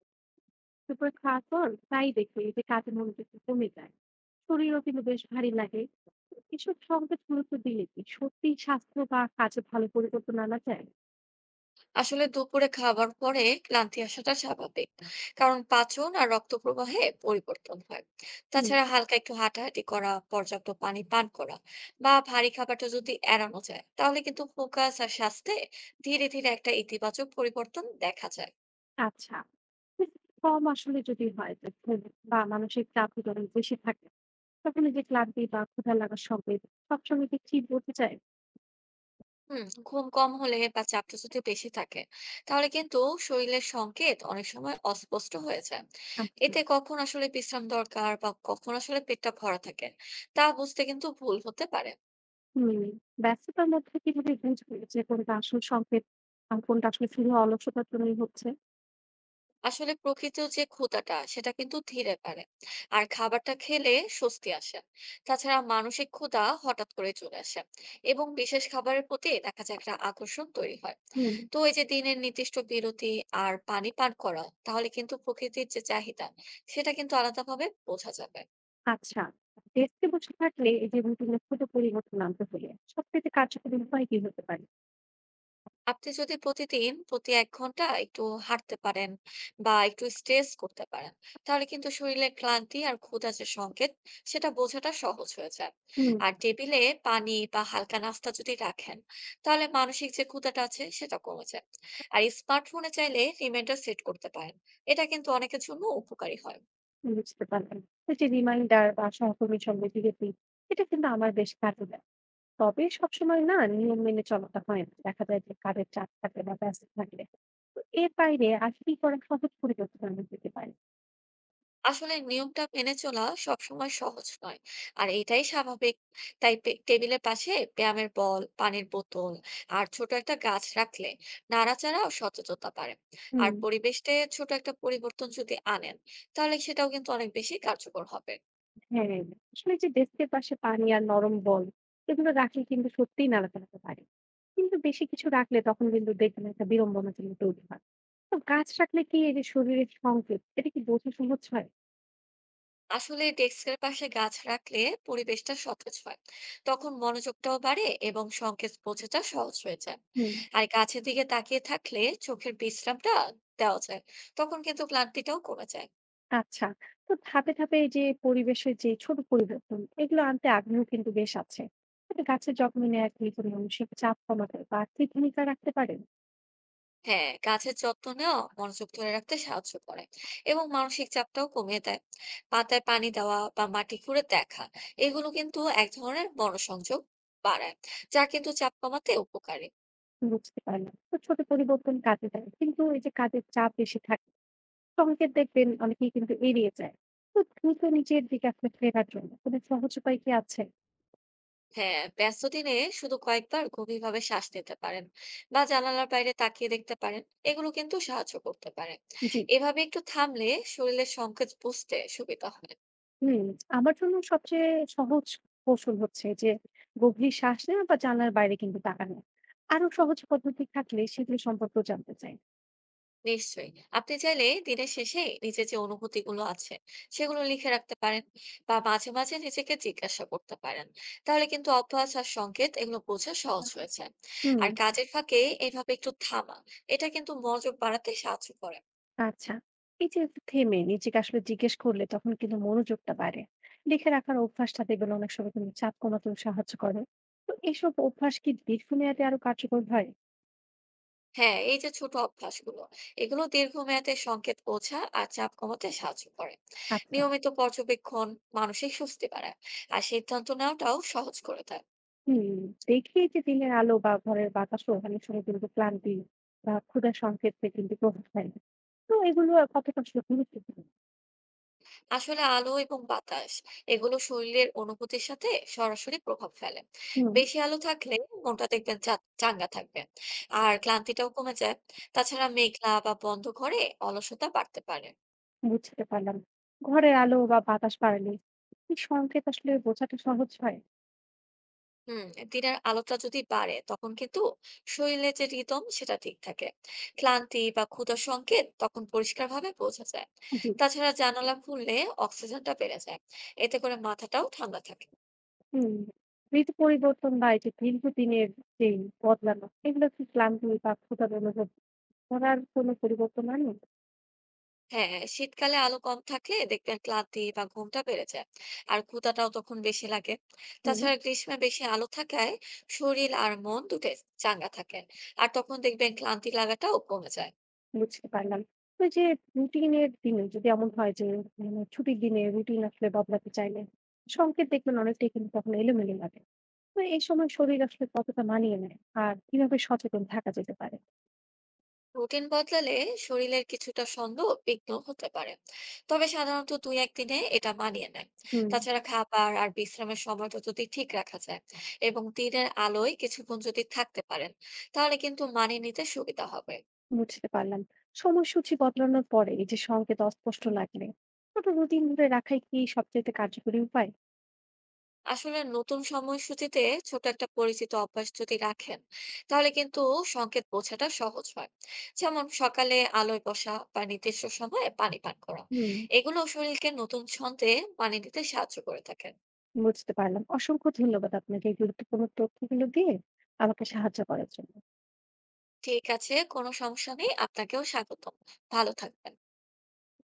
দুপুরে খাওয়ার পর প্রায়ই দেখি যে কাজে মনোযোগ কমে যায়। শরীরও কিন্তু বেশ ভারী লাগে। এসব সংকেত গুরুত্ব দিলে কি সত্যি স্বাস্থ্য বা কাজে ভালো পরিবর্তন আনা যায়? আসলে দুপুরে খাবার পরে ক্লান্তি আসাটা স্বাভাবিক। কারণ পাচন আর রক্ত প্রবাহে পরিবর্তন হয়। হুম। তাছাড়া হালকা একটু হাঁটাহাঁটি করা, পর্যাপ্ত পানি পান করা বা ভারী খাবারটা যদি এড়ানো যায়, তাহলে কিন্তু ফোকাস আর স্বাস্থ্যে ধীরে ধীরে একটা ইতিবাচক পরিবর্তন দেখা যায়। আচ্ছা। কম আসলে যদি হয় যে ঘুম বা মানসিক চাপ যখন বেশি থাকে, তখন এই যে ক্লান্তি বা ক্ষুধা লাগার সংকেত সবসময় কি ঠিক বলতে চায়? হুম, ঘুম কম হলে বা চাপটা যদি বেশি থাকে, তাহলে কিন্তু শরীরের সংকেত অনেক সময় অস্পষ্ট হয়ে যায়। আচ্ছা। এতে কখন আসলে বিশ্রাম দরকার বা কখন আসলে পেটটা ভরা থাকে, তা বুঝতে কিন্তু ভুল হতে পারে। হম। ব্যস্ততার মধ্যে কিভাবে বুঝবে যে কোনটা আসল সংকেত আর কোনটা আসলে শুধু অলসতার জন্যই হচ্ছে? আসলে প্রকৃতির যে ক্ষুধাটা সেটা কিন্তু ধীরে বাড়ে, আর খাবারটা খেলে স্বস্তি আসে। তাছাড়া মানসিক ক্ষুধা হঠাৎ করে চলে আসে এবং বিশেষ খাবারের প্রতি দেখা যায় একটা আকর্ষণ তৈরি হয়। হম। তো এই যে দিনের নির্দিষ্ট বিরতি আর পানি পান করা, তাহলে কিন্তু প্রকৃতির যে চাহিদা সেটা কিন্তু আলাদাভাবে বোঝা যাবে। আচ্ছা, ডেস্কে বসে থাকলে এই যে রুটিনে ছোট পরিবর্তন আনতে হলে সবথেকে কার্যকরী উপায় কি হতে পারে? আপনি যদি প্রতিদিন প্রতি ১ ঘন্টা একটু হাঁটতে পারেন বা একটু স্ট্রেচ করতে পারেন, তাহলে কিন্তু শরীরের ক্লান্তি আর ক্ষুধা যে সংকেত, সেটা বোঝাটা সহজ হয়ে যায়। হুম। আর টেবিলে পানি বা হালকা নাস্তা যদি রাখেন, তাহলে মানসিক যে ক্ষুধাটা আছে সেটা কমে যায়। আর স্মার্টফোনে চাইলে রিমাইন্ডার সেট করতে পারেন। এটা কিন্তু অনেকের জন্য উপকারী হয়। বুঝতে পারলাম। এই যে রিমাইন্ডার বা সহকর্মীর সঙ্গে ডিরেক্টলি, এটা কিন্তু আমার বেশ কাজে দেয়। তবে সবসময় না, নিয়ম মেনে চলাটা হয় না। দেখা যায় যে কাজের চাপ থাকলে বা ব্যস্ত থাকলে। তো এর বাইরে আর কি করা সহজ পরিবর্তন আনা যেতে পারে? আসলে নিয়মটা মেনে চলা সবসময় সহজ নয়, আর এটাই স্বাভাবিক। তাই টেবিলের পাশে ব্যায়ামের বল, পানির বোতল আর ছোট একটা গাছ রাখলে নাড়াচাড়া ও সচেতনতা বাড়ে। আর হুম। পরিবেশে ছোট একটা পরিবর্তন যদি আনেন, তাহলে সেটাও কিন্তু অনেক বেশি কার্যকর হবে। হ্যাঁ, আসলে যে ডেস্কের পাশে পানি আর নরম বল এগুলো রাখলে কিন্তু সত্যিই নাড়াতে পারে, কিন্তু বেশি কিছু রাখলে তখন কিন্তু দেখবেন একটা বিড়ম্বনা কিন্তু তৈরি হয়। তো গাছ রাখলে কি এই যে শরীরের সংকেত এটা কি বোঝা সহজ হয়? আসলে ডেস্কের পাশে গাছ রাখলে পরিবেশটা সতেজ হয়, তখন মনোযোগটাও বাড়ে এবং সংকেত বোঝাটা সহজ হয়ে যায়। হুম। আর গাছের দিকে তাকিয়ে থাকলে চোখের বিশ্রামটা দেওয়া যায়, তখন কিন্তু ক্লান্তিটাও কমে যায়। আচ্ছা। তো ধাপে ধাপে এই যে পরিবেশের যে ছোট পরিবর্তন এগুলো আনতে আগ্রহ কিন্তু বেশ আছে। তবে গাছের যত্ন নেওয়া কি কোনো মানসিক চাপ কমাতে বা কি ভূমিকা রাখতে পারেন? হ্যাঁ, গাছের যত্ন নেওয়া মনোযোগ ধরে রাখতে সাহায্য করে এবং মানসিক চাপটাও কমিয়ে দেয়। পাতায় পানি দেওয়া বা মাটি খুঁড়ে দেখা, এগুলো কিন্তু এক ধরনের মনোসংযোগ বাড়ায়, যা কিন্তু চাপ কমাতে উপকারী। বুঝতে পারলাম। তো ছোট পরিবর্তন কাজে দেয়, কিন্তু এই যে কাজের চাপ বেশি থাকে, সংকেত দেখবেন অনেকেই কিন্তু এড়িয়ে যায়। তো দ্রুত নিচের দিকে আসলে ফেরার জন্য কোনো সহজ উপায় কি আছে? হ্যাঁ, ব্যস্ত দিনে শুধু কয়েকবার গভীরভাবে শ্বাস নিতে পারেন বা জানালার বাইরে তাকিয়ে দেখতে পারেন, এগুলো কিন্তু সাহায্য করতে পারে। জি। এভাবে একটু থামলে শরীরের সংকেত বুঝতে সুবিধা হয়। হুম, আমার জন্য সবচেয়ে সহজ কৌশল হচ্ছে যে গভীর শ্বাস নেওয়া বা জানলার বাইরে কিন্তু তাকানো। আরো সহজ পদ্ধতি থাকলে সেগুলো সম্পর্কেও জানতে চাই। নিশ্চয়ই, আপনি চাইলে দিনের শেষে নিজের যে অনুভূতিগুলো আছে সেগুলো লিখে রাখতে পারেন বা মাঝে মাঝে নিজেকে জিজ্ঞাসা করতে পারেন, তাহলে কিন্তু অভ্যাস আর সংকেত এগুলো বোঝা সহজ হয়েছে। হুম। আর কাজের ফাঁকে এভাবে একটু থামা, এটা কিন্তু মনোযোগ বাড়াতে সাহায্য করে। আচ্ছা। এই যে থেমে নিজেকে আসলে জিজ্ঞেস করলে তখন কিন্তু মনোযোগটা বাড়ে। লিখে রাখার অভ্যাসটা দেখবেন অনেক সময় কিন্তু চাপ কমাতেও সাহায্য করে। তো এসব অভ্যাস কি দীর্ঘমেয়াদে আরো কার্যকর হয়? হ্যাঁ, এই যে ছোট অভ্যাসগুলো, এগুলো দীর্ঘমেয়াদে সংকেত বোঝা আর চাপ কমাতে সাহায্য করে। আচ্ছা। নিয়মিত পর্যবেক্ষণ মানসিক স্বস্তি বাড়ায় আর সিদ্ধান্ত নেওয়াটাও সহজ করে দেয়। হুম, দেখি যে দিনের আলো বা ঘরের বাতাসও অনেক সময় কিন্তু ক্লান্তি বা ক্ষুধার সংকেতে কিন্তু প্রভাব ফেলে। তো এগুলো কতটা আসলে গুরুত্বপূর্ণ? আসলে আলো এবং বাতাস, এগুলো শরীরের অনুভূতির সাথে সরাসরি প্রভাব ফেলে। হুম। বেশি আলো থাকলে মনটা দেখবেন চাঙ্গা থাকবে আর ক্লান্তিটাও কমে যায়। তাছাড়া মেঘলা বা বন্ধ ঘরে অলসতা বাড়তে পারে। বুঝতে পারলাম। ঘরের আলো বা বাতাস বাড়ালে কি সংকেত আসলে বোঝাটা সহজ হয়? হুম। দিনের আলোটা যদি বাড়ে তখন কিন্তু শরীরে যে রিদম সেটা ঠিক থাকে। ক্লান্তি বা ক্ষুধার সংকেত তখন পরিষ্কারভাবে বোঝা যায়। জি। তাছাড়া জানালা খুললে অক্সিজেনটা বেড়ে যায়, এতে করে মাথাটাও ঠান্ডা থাকে। হুম। ঋতু পরিবর্তন বা এই যে দীর্ঘদিনের যে বদলানো, এগুলো কি ক্লান্তি বা ক্ষুধার অনুভব করার কোনো পরিবর্তন আনে? হ্যাঁ, শীতকালে আলো কম থাকলে দেখবেন ক্লান্তি বা ঘুমটা বেড়ে যায় আর ক্ষুধাটাও তখন বেশি লাগে। হুম। তাছাড়া গ্রীষ্মে বেশি আলো থাকায় শরীর আর মন দুটোই চাঙ্গা থাকে, আর তখন দেখবেন ক্লান্তি লাগাটাও কমে যায়। বুঝতে পারলাম। তো এই যে রুটিনের দিনে যদি এমন হয় যে, মানে ছুটির দিনে রুটিন আসলে বদলাতে চাইলে সংকেত দেখবেন অনেকটাই কিন্তু তখন এলোমেলো লাগে। তো এই সময় শরীর আসলে কতটা মানিয়ে নেয় আর কিভাবে সচেতন থাকা যেতে পারে? রুটিন বদলালে শরীরের কিছুটা ছন্দ বিঘ্ন হতে পারে, তবে সাধারণত দুই একদিনে এটা মানিয়ে নেয়। হুম, তাছাড়া খাবার আর বিশ্রামের সময়টা যদি ঠিক রাখা যায় এবং দিনের আলোয় কিছুক্ষণ যদি থাকতে পারেন, তাহলে কিন্তু মানিয়ে নিতে সুবিধা হবে। বুঝতে পারলাম। সময়সূচি বদলানোর পরে এই যে সংকেত অস্পষ্ট লাগলে ছোট রুটিন ধরে রাখাই কি সবচাইতে কার্যকরী উপায়? আসলে নতুন সময়সূচিতে ছোট একটা পরিচিত অভ্যাস যদি রাখেন, তাহলে কিন্তু সংকেত বোঝাটা সহজ হয়। যেমন সকালে আলোয় বসা বা নির্দিষ্ট সময়ে পানি পান করা, হুম, এগুলো শরীরকে নতুন ছন্দে পানি নিতে সাহায্য করে থাকেন। বুঝতে পারলাম। অসংখ্য ধন্যবাদ আপনাকে এই গুরুত্বপূর্ণ তথ্যগুলো দিয়ে আমাকে সাহায্য করার জন্য। ঠিক আছে, কোনো সমস্যা নেই, আপনাকেও স্বাগতম। ভালো থাকবেন।